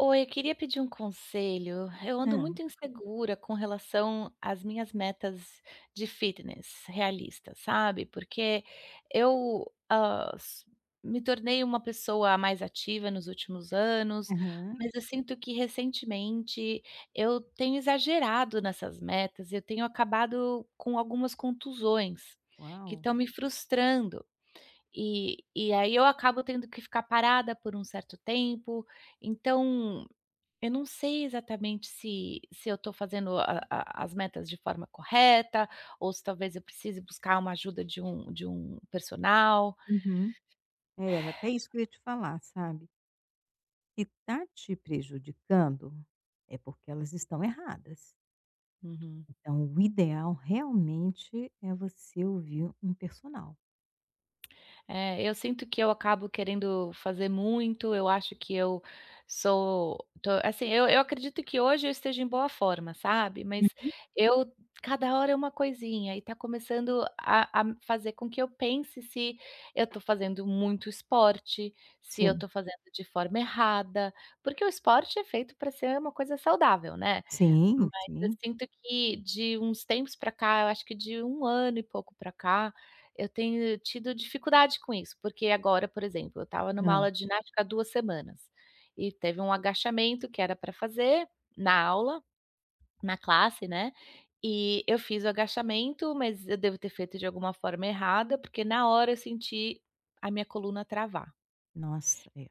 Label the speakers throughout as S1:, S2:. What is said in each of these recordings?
S1: Oi, eu queria pedir um conselho. Eu
S2: Hã,
S1: ando muito insegura com relação às minhas metas de fitness realistas, sabe? Porque eu me tornei uma pessoa mais ativa nos últimos anos,
S2: aham.
S1: mas eu sinto que recentemente eu tenho exagerado nessas metas, eu tenho acabado com algumas contusões que
S2: Uau!
S1: estão me frustrando. E aí eu acabo tendo que ficar parada por um certo tempo. Então, eu não sei exatamente se eu estou fazendo a as metas de forma correta, ou se talvez eu precise buscar uma ajuda de um personal.
S2: Uhum. É, era até isso que eu ia te falar, sabe. Se tá te prejudicando, é porque elas estão erradas.
S1: Uhum.
S2: Então o ideal realmente é você ouvir um personal.
S1: É, eu sinto que eu acabo querendo fazer muito, eu acho que eu sou tô assim, eu acredito que hoje eu esteja em boa forma, sabe, mas
S2: Uhum.
S1: eu cada hora é uma coisinha e tá começando a fazer com que eu pense se eu tô fazendo muito esporte, se eu
S2: Sim.
S1: tô fazendo de forma errada, porque o esporte é feito para ser uma coisa saudável, né.
S2: Sim,
S1: Mas eu
S2: sim.
S1: sinto que de uns tempos para cá, eu acho que de um ano e pouco para cá eu tenho tido dificuldade com isso, porque agora, por exemplo, eu estava numa
S2: Hã.
S1: aula de ginástica há 2 semanas, e teve um agachamento que era para fazer na aula, na classe, né, e eu fiz o agachamento, mas eu devo ter feito de alguma forma errada, porque na hora eu senti a minha coluna travar.
S2: Nossa, é.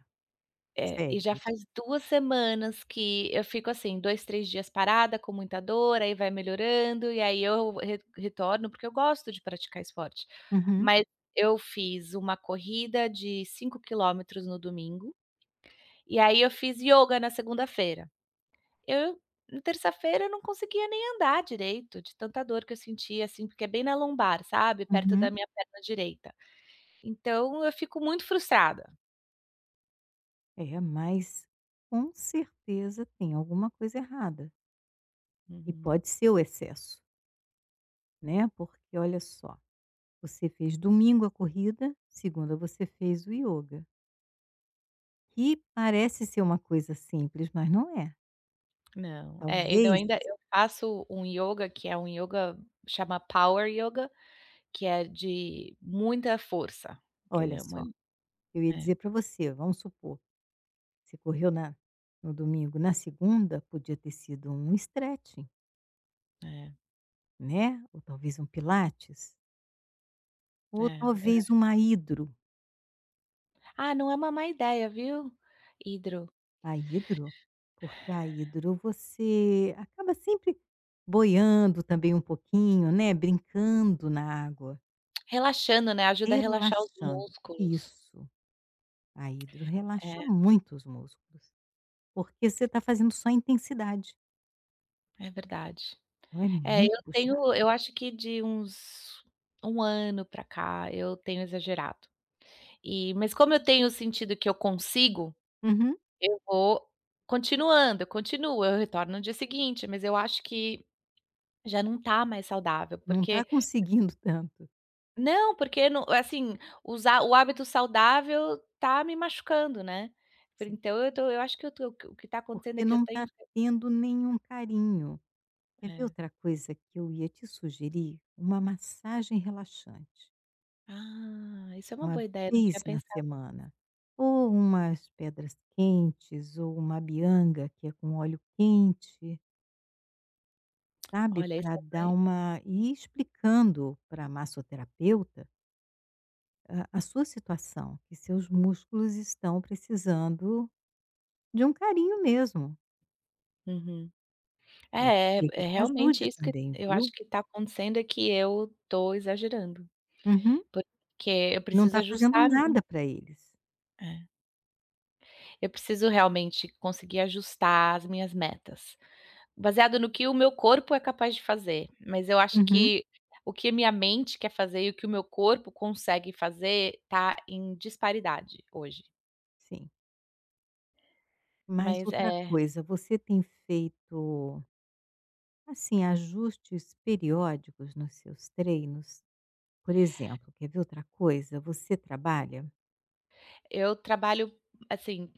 S1: É, e
S2: Sério
S1: já
S2: isso.
S1: faz 2 semanas que eu fico assim, 2 3 dias parada com muita dor, aí vai melhorando, e aí eu re retorno, porque eu gosto de praticar esporte.
S2: Uhum,
S1: Mas eu fiz uma corrida de 5 km no domingo, e aí eu fiz yoga na segunda-feira. Eu na terça-feira eu não conseguia nem andar direito, de tanta dor que eu sentia, assim, porque é bem na lombar, sabe, perto da
S2: uhum.
S1: minha perna direita. Então eu fico muito frustrada.
S2: É, mas com certeza tem alguma coisa errada. E
S1: Uhum.
S2: pode ser o excesso, né, porque olha só. Você fez domingo a corrida, segunda você fez o ioga, que parece ser uma coisa simples, mas não é.
S1: Não, é, então
S2: Talvez
S1: ainda eu faço um yoga que é um yoga chama Power Yoga, que é de muita força, que
S2: olha
S1: é
S2: só,
S1: mui
S2: eu ia
S1: é,
S2: dizer para você, vamos supor, você correu na no domingo, na segunda podia ter sido um stretching,
S1: é,
S2: né, ou talvez um pilates, ou
S1: é.
S2: talvez uma hidro.
S1: "Ah, não é uma má ideia, viu, hidro?"
S2: A hidro? Porque a hidro você acaba sempre boiando também um pouquinho, né, brincando na água,
S1: Relaxando, né, ajuda a relaxar os
S2: relaxando.
S1: músculos.
S2: Isso. A hidro
S1: É,
S2: relaxa muito os músculos, porque você está fazendo só intensidade,
S1: é verdade.
S2: então é
S1: É,
S2: muito puxado.
S1: eu acho que de uns um ano pra cá eu tenho exagerado. E mas como eu tenho sentido que eu consigo.
S2: Uhum.
S1: Eu vou continuando, eu continuo, eu retorno no dia seguinte, mas eu acho que já não tá mais saudável,
S2: Não está conseguindo tanto,
S1: porque não assim, usar o hábito saudável tá me machucando, né.
S2: sim,
S1: Então eu tô eu acho que eu tô o que tá acontecendo é
S2: porque
S1: que eu
S2: não
S1: tenho
S2: está tendo nenhum carinho. Quer ver
S1: é.
S2: outra coisa que eu ia te sugerir? Uma massagem relaxante,
S1: Ah, isso é uma
S2: uma
S1: boa ideia, eu não tinha
S2: vez na
S1: pensado.
S2: semana, ou umas pedras quentes, ou uma bianga que é com óleo quente, sabe,
S1: Olha, isso
S2: para
S1: é
S2: dar uma e explicando para a massoterapeuta a sua situação, que seus músculos estão precisando de um carinho mesmo.
S1: uma- Uhum.
S2: Pode
S1: É, é
S2: ser que
S1: é
S2: te
S1: realmente
S2: ajude
S1: isso que
S2: também,
S1: eu
S2: viu?
S1: acho que tá acontecendo é que eu tô exagerando,
S2: Uhum.
S1: porque eu
S2: E não
S1: preciso
S2: está fazendo
S1: ajustar a mi
S2: nada para eles.
S1: é. Eu preciso realmente conseguir ajustar as minhas metas, baseado no que o meu corpo é capaz de fazer, mas eu acho
S2: Uhum,
S1: que o que a minha mente quer fazer e o que o meu corpo consegue fazer tá em disparidade hoje.
S2: sim. Mas
S1: Mas
S2: outra
S1: é,
S2: coisa, você tem feito, assim, ajustes periódicos nos seus treinos? Por exemplo, quer ver outra coisa? Você trabalha?
S1: eu trabalho, assim,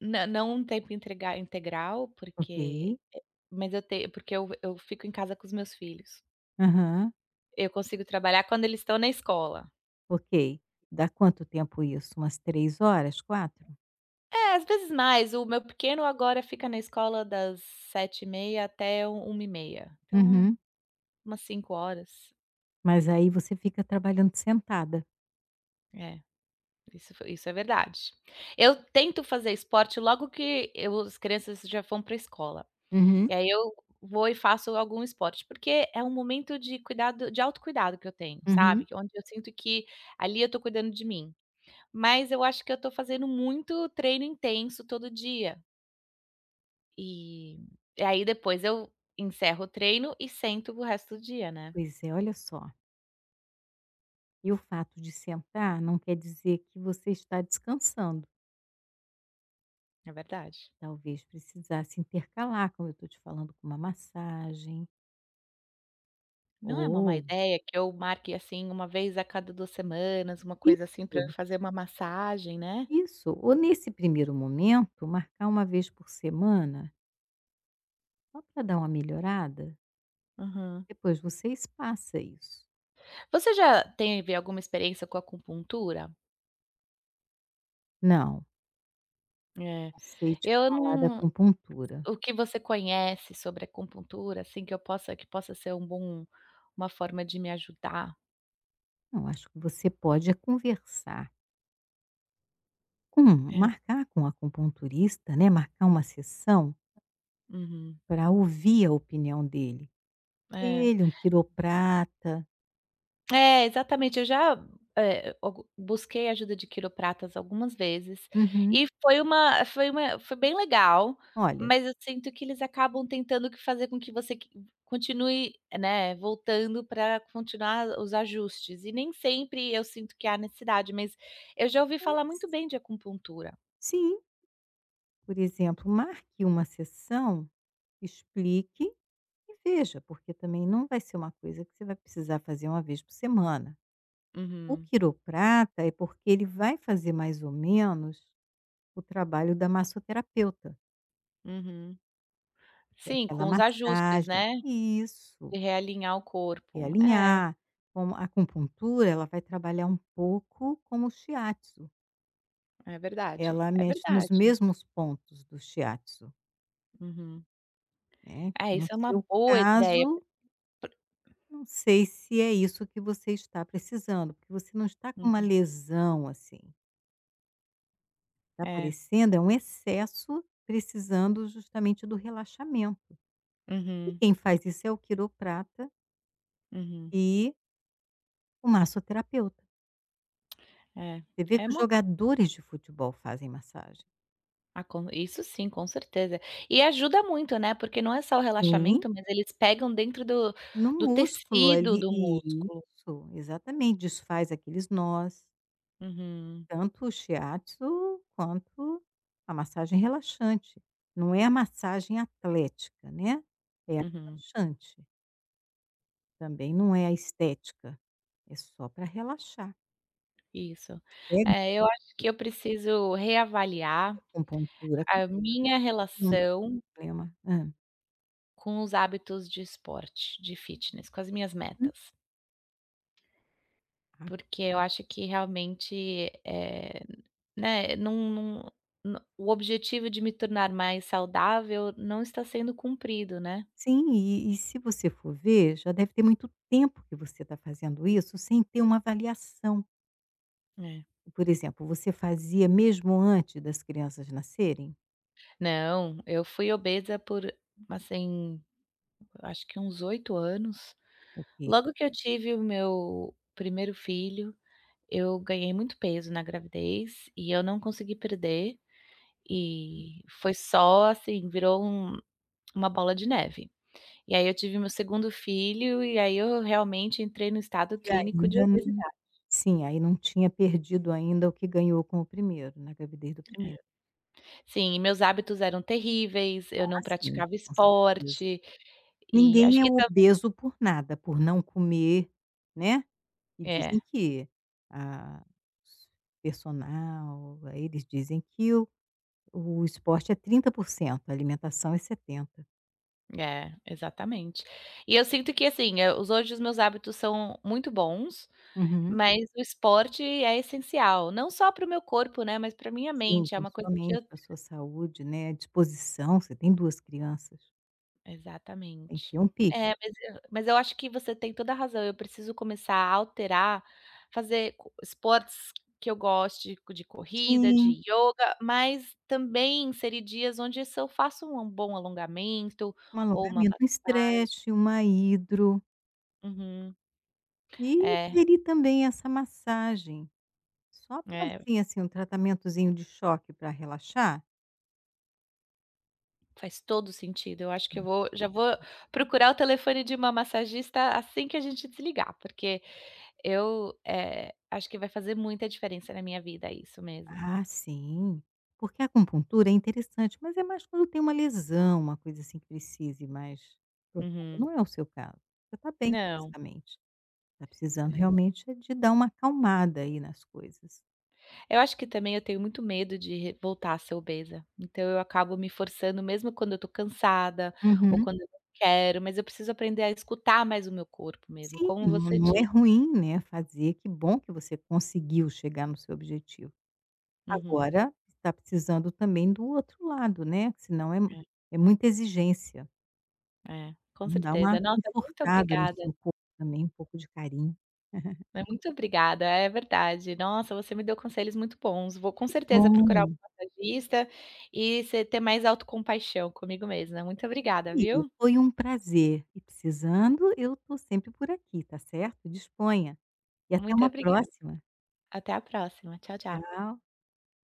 S1: nã não um tempo entrega integral,
S2: Ok.
S1: porque mas eu tenho porque eu fico em casa com os meus filhos.
S2: Aham.
S1: Eu consigo trabalhar quando eles estão na escola.
S2: Ok. Dá quanto tempo isso? Umas três horas? Quatro?
S1: É, às vezes mais. O meu pequeno agora fica na escola das 7h30 até 13 e meia. Então,
S2: Uhum.
S1: umas 5 horas.
S2: Mas aí você fica trabalhando sentada.
S1: É, isso é verdade. Eu tento fazer esporte logo que eu as crianças já vão para a escola.
S2: Uhum,
S1: E aí eu vou e faço algum esporte, porque é um momento de cuidado de autocuidado que eu tenho, sabe,
S2: uhum.
S1: que é onde eu sinto que ali eu tô cuidando de mim. Mas eu acho que eu tô fazendo muito treino intenso todo dia. E e aí depois eu encerro o treino e sento o resto do dia, né,
S2: Pois é, olha só, e o fato de sentar não quer dizer que você está descansando.
S1: é verdade.
S2: Talvez precisasse intercalar, como eu estou te falando, com uma massagem,
S1: Não é uma má
S2: ou
S1: ideia que eu marque, assim, uma vez a cada 2 semanas, uma coisa assim, para
S2: isso,
S1: eu fazer uma massagem, né.
S2: isso, ou nesse primeiro momento, marcar uma vez por semana, só para dar uma melhorada,
S1: Aham.
S2: depois você espaça isso.
S1: Você já teve alguma experiência com acupuntura?
S2: Não,
S1: É,
S2: não sei te
S1: eu
S2: falar da
S1: não.
S2: acupuntura.
S1: O que você conhece sobre acupuntura, assim, que possa ser um bom, uma forma de me ajudar?
S2: Não, acho que você pode é conversar. Com
S1: É,
S2: marcar com um acupunturista, né, marcar uma sessão
S1: uhum,
S2: para ouvir a opinião dele.
S1: é.
S2: Ele, um quiroprata.
S1: É, exatamente. Eu já, eh, algu busquei ajuda de quiropratas algumas vezes
S2: Uhum.
S1: e foi bem legal,
S2: Olha,
S1: mas eu sinto que eles acabam tentando que fazer com que você que continue, né, voltando para continuar os ajustes e nem sempre eu sinto que há necessidade, mas eu já ouvi falar
S2: mas
S1: muito bem de acupuntura.
S2: sim, por exemplo, marque uma sessão, explique e veja, porque também não vai ser uma coisa que você vai precisar fazer uma vez por semana. O
S1: Uhum,
S2: quiroprata é porque ele vai fazer mais ou menos o trabalho da massoterapeuta,
S1: uhum.
S2: que é
S1: Sim,
S2: aquela
S1: com os ajustes,
S2: massagem.
S1: né,
S2: Isso.
S1: de realinhar o corpo. É,
S2: Realinhar. Como a acupuntura, ela vai trabalhar um pouco como o shiatsu.
S1: é verdade,
S2: Ela
S1: é
S2: mexe nos
S1: verdade.
S2: mesmos pontos do shiatsu,
S1: Uhum.
S2: né.
S1: É,
S2: No
S1: isso é uma
S2: seu
S1: boa ideia.
S2: caso, não sei se é isso que você está precisando, porque você não está com uma
S1: Uhum.
S2: lesão, assim. Está
S1: É.
S2: aparecendo é um excesso, precisando justamente do relaxamento. E
S1: Uhum,
S2: quem faz isso é o quiroprata
S1: uhum.
S2: e o massoterapeuta.
S1: É.
S2: Você vê
S1: É
S2: que os
S1: uma
S2: jogadores de futebol fazem massagem.
S1: ah, com isso sim, com certeza. E ajuda muito, né, porque não é só o
S2: Sim.
S1: relaxamento, mas eles pegam dentro do
S2: No
S1: do
S2: músculo
S1: tecido
S2: ali
S1: do músculo.
S2: isso, exatamente, desfaz aqueles nós,
S1: Uhum,
S2: tanto o shiatsu quanto a massagem relaxante. Não é a massagem atlética, né, é a
S1: uhum.
S2: relaxante, também não é a estética, é só para relaxar.
S1: Isso.
S2: Pega
S1: É, eu acho que eu preciso reavaliar
S2: com pontura
S1: a minha
S2: não tem um
S1: relação
S2: problema. Hã.
S1: com os hábitos de esporte, de fitness, com as minhas
S2: Hum.
S1: metas.
S2: Ah,
S1: Porque eu acho que realmente, né, não não no o objetivo de me tornar mais saudável não está sendo cumprido, né.
S2: sim, e se você for ver, já deve ter muito tempo que você está fazendo isso sem ter uma avaliação.
S1: É.
S2: Por exemplo, você fazia mesmo antes das crianças nascerem?
S1: Não, eu fui obesa por, assim, acho que uns 8 anos.
S2: Ok.
S1: Logo que eu tive o meu primeiro filho, eu ganhei muito peso na gravidez e eu não consegui perder, e foi só, assim, virou uma bola de neve. E aí eu tive meu segundo filho, e aí eu realmente entrei no estado
S2: E
S1: clínico de
S2: ainda não
S1: obesidade.
S2: sim, aí não tinha perdido ainda o que ganhou com o primeiro, na gravidez do
S1: É.
S2: primeiro.
S1: Sim, e meus hábitos eram terríveis, eu
S2: Ah,
S1: não
S2: sim,
S1: praticava
S2: com certeza.
S1: esporte, e acho
S2: Ninguém é
S1: que tam
S2: obeso por nada, por não comer, né. E dizem
S1: é,
S2: que a os personal, aí eles dizem que o esporte é 30%, a alimentação é 70.
S1: é, exatamente. E eu sinto que assim, eh, os hoje os meus hábitos são muito bons,
S2: Uhum.
S1: mas o esporte é essencial, não só para o meu corpo, né, mas para minha
S2: Sim,
S1: mente, é uma coisa que eu.
S2: principalmente pra sua saúde, né, disposição, você tem 2 crianças. Tem que
S1: Exatamente.
S2: ter um pique.
S1: É, mas eu acho que você tem toda a razão, eu preciso começar a alterar, fazer co esportes que eu goste, de corrida,
S2: Sim.
S1: de yoga mas também inserir dias onde se eu faço um bom alongamento
S2: Um
S1: ou uma
S2: alongamento, um
S1: massagem.
S2: stretch, uma hidro
S1: Uhum.
S2: e
S1: É,
S2: inserir também essa massagem, só pra
S1: é,
S2: assim assim, um tratamentozinho de choque para relaxar.
S1: faz todo sentido. Eu acho que eu
S2: Acho
S1: vou
S2: que
S1: já
S2: sim.
S1: vou procurar o telefone de uma massagista assim que a gente desligar, porque eu, acho que vai fazer muita diferença na minha vida isso mesmo.
S2: Ah, sim, porque a acupuntura é interessante, mas é mais quando tem uma lesão, uma coisa assim que precise mais profundo,
S1: Uhum.
S2: não é o seu caso. Você está bem
S1: Não,
S2: fisicamente, está precisando
S1: é.
S2: realmente é de dar uma acalmada aí nas coisas.
S1: Eu acho que também eu tenho muito medo de re voltar a ser obesa, então eu acabo me forçando mesmo quando eu tô cansada ou
S2: Uhum.
S1: quando eu não quero, mas eu preciso aprender a escutar mais o meu corpo mesmo,
S2: Sim,
S1: como
S2: não
S1: você
S2: não é
S1: disse.
S2: ruim, né, fazer. Que bom que você conseguiu chegar no seu objetivo.
S1: Uhum.
S2: Agora, está precisando também do outro lado, né, que senão é mu é muita exigência.
S1: É, é, com
S2: Então dá uma
S1: certeza. Nossa, muito
S2: confortada no
S1: obrigada,
S2: seu corpo também, um pouco de carinho.
S1: né, muito obrigada, é verdade. Nossa, você me deu conselhos muito bons. Vou com
S2: Que
S1: certeza procurar um
S2: bom.
S1: massagista e ser ter mais autocompaixão comigo mesma. Muito obrigada,
S2: E
S1: viu?
S2: foi um prazer. E precisando, eu estou sempre por aqui, tá certo? Disponha. E até
S1: Muito
S2: uma
S1: obrigada.
S2: próxima.
S1: Até a próxima. Tchau, tchau.
S2: Tchau.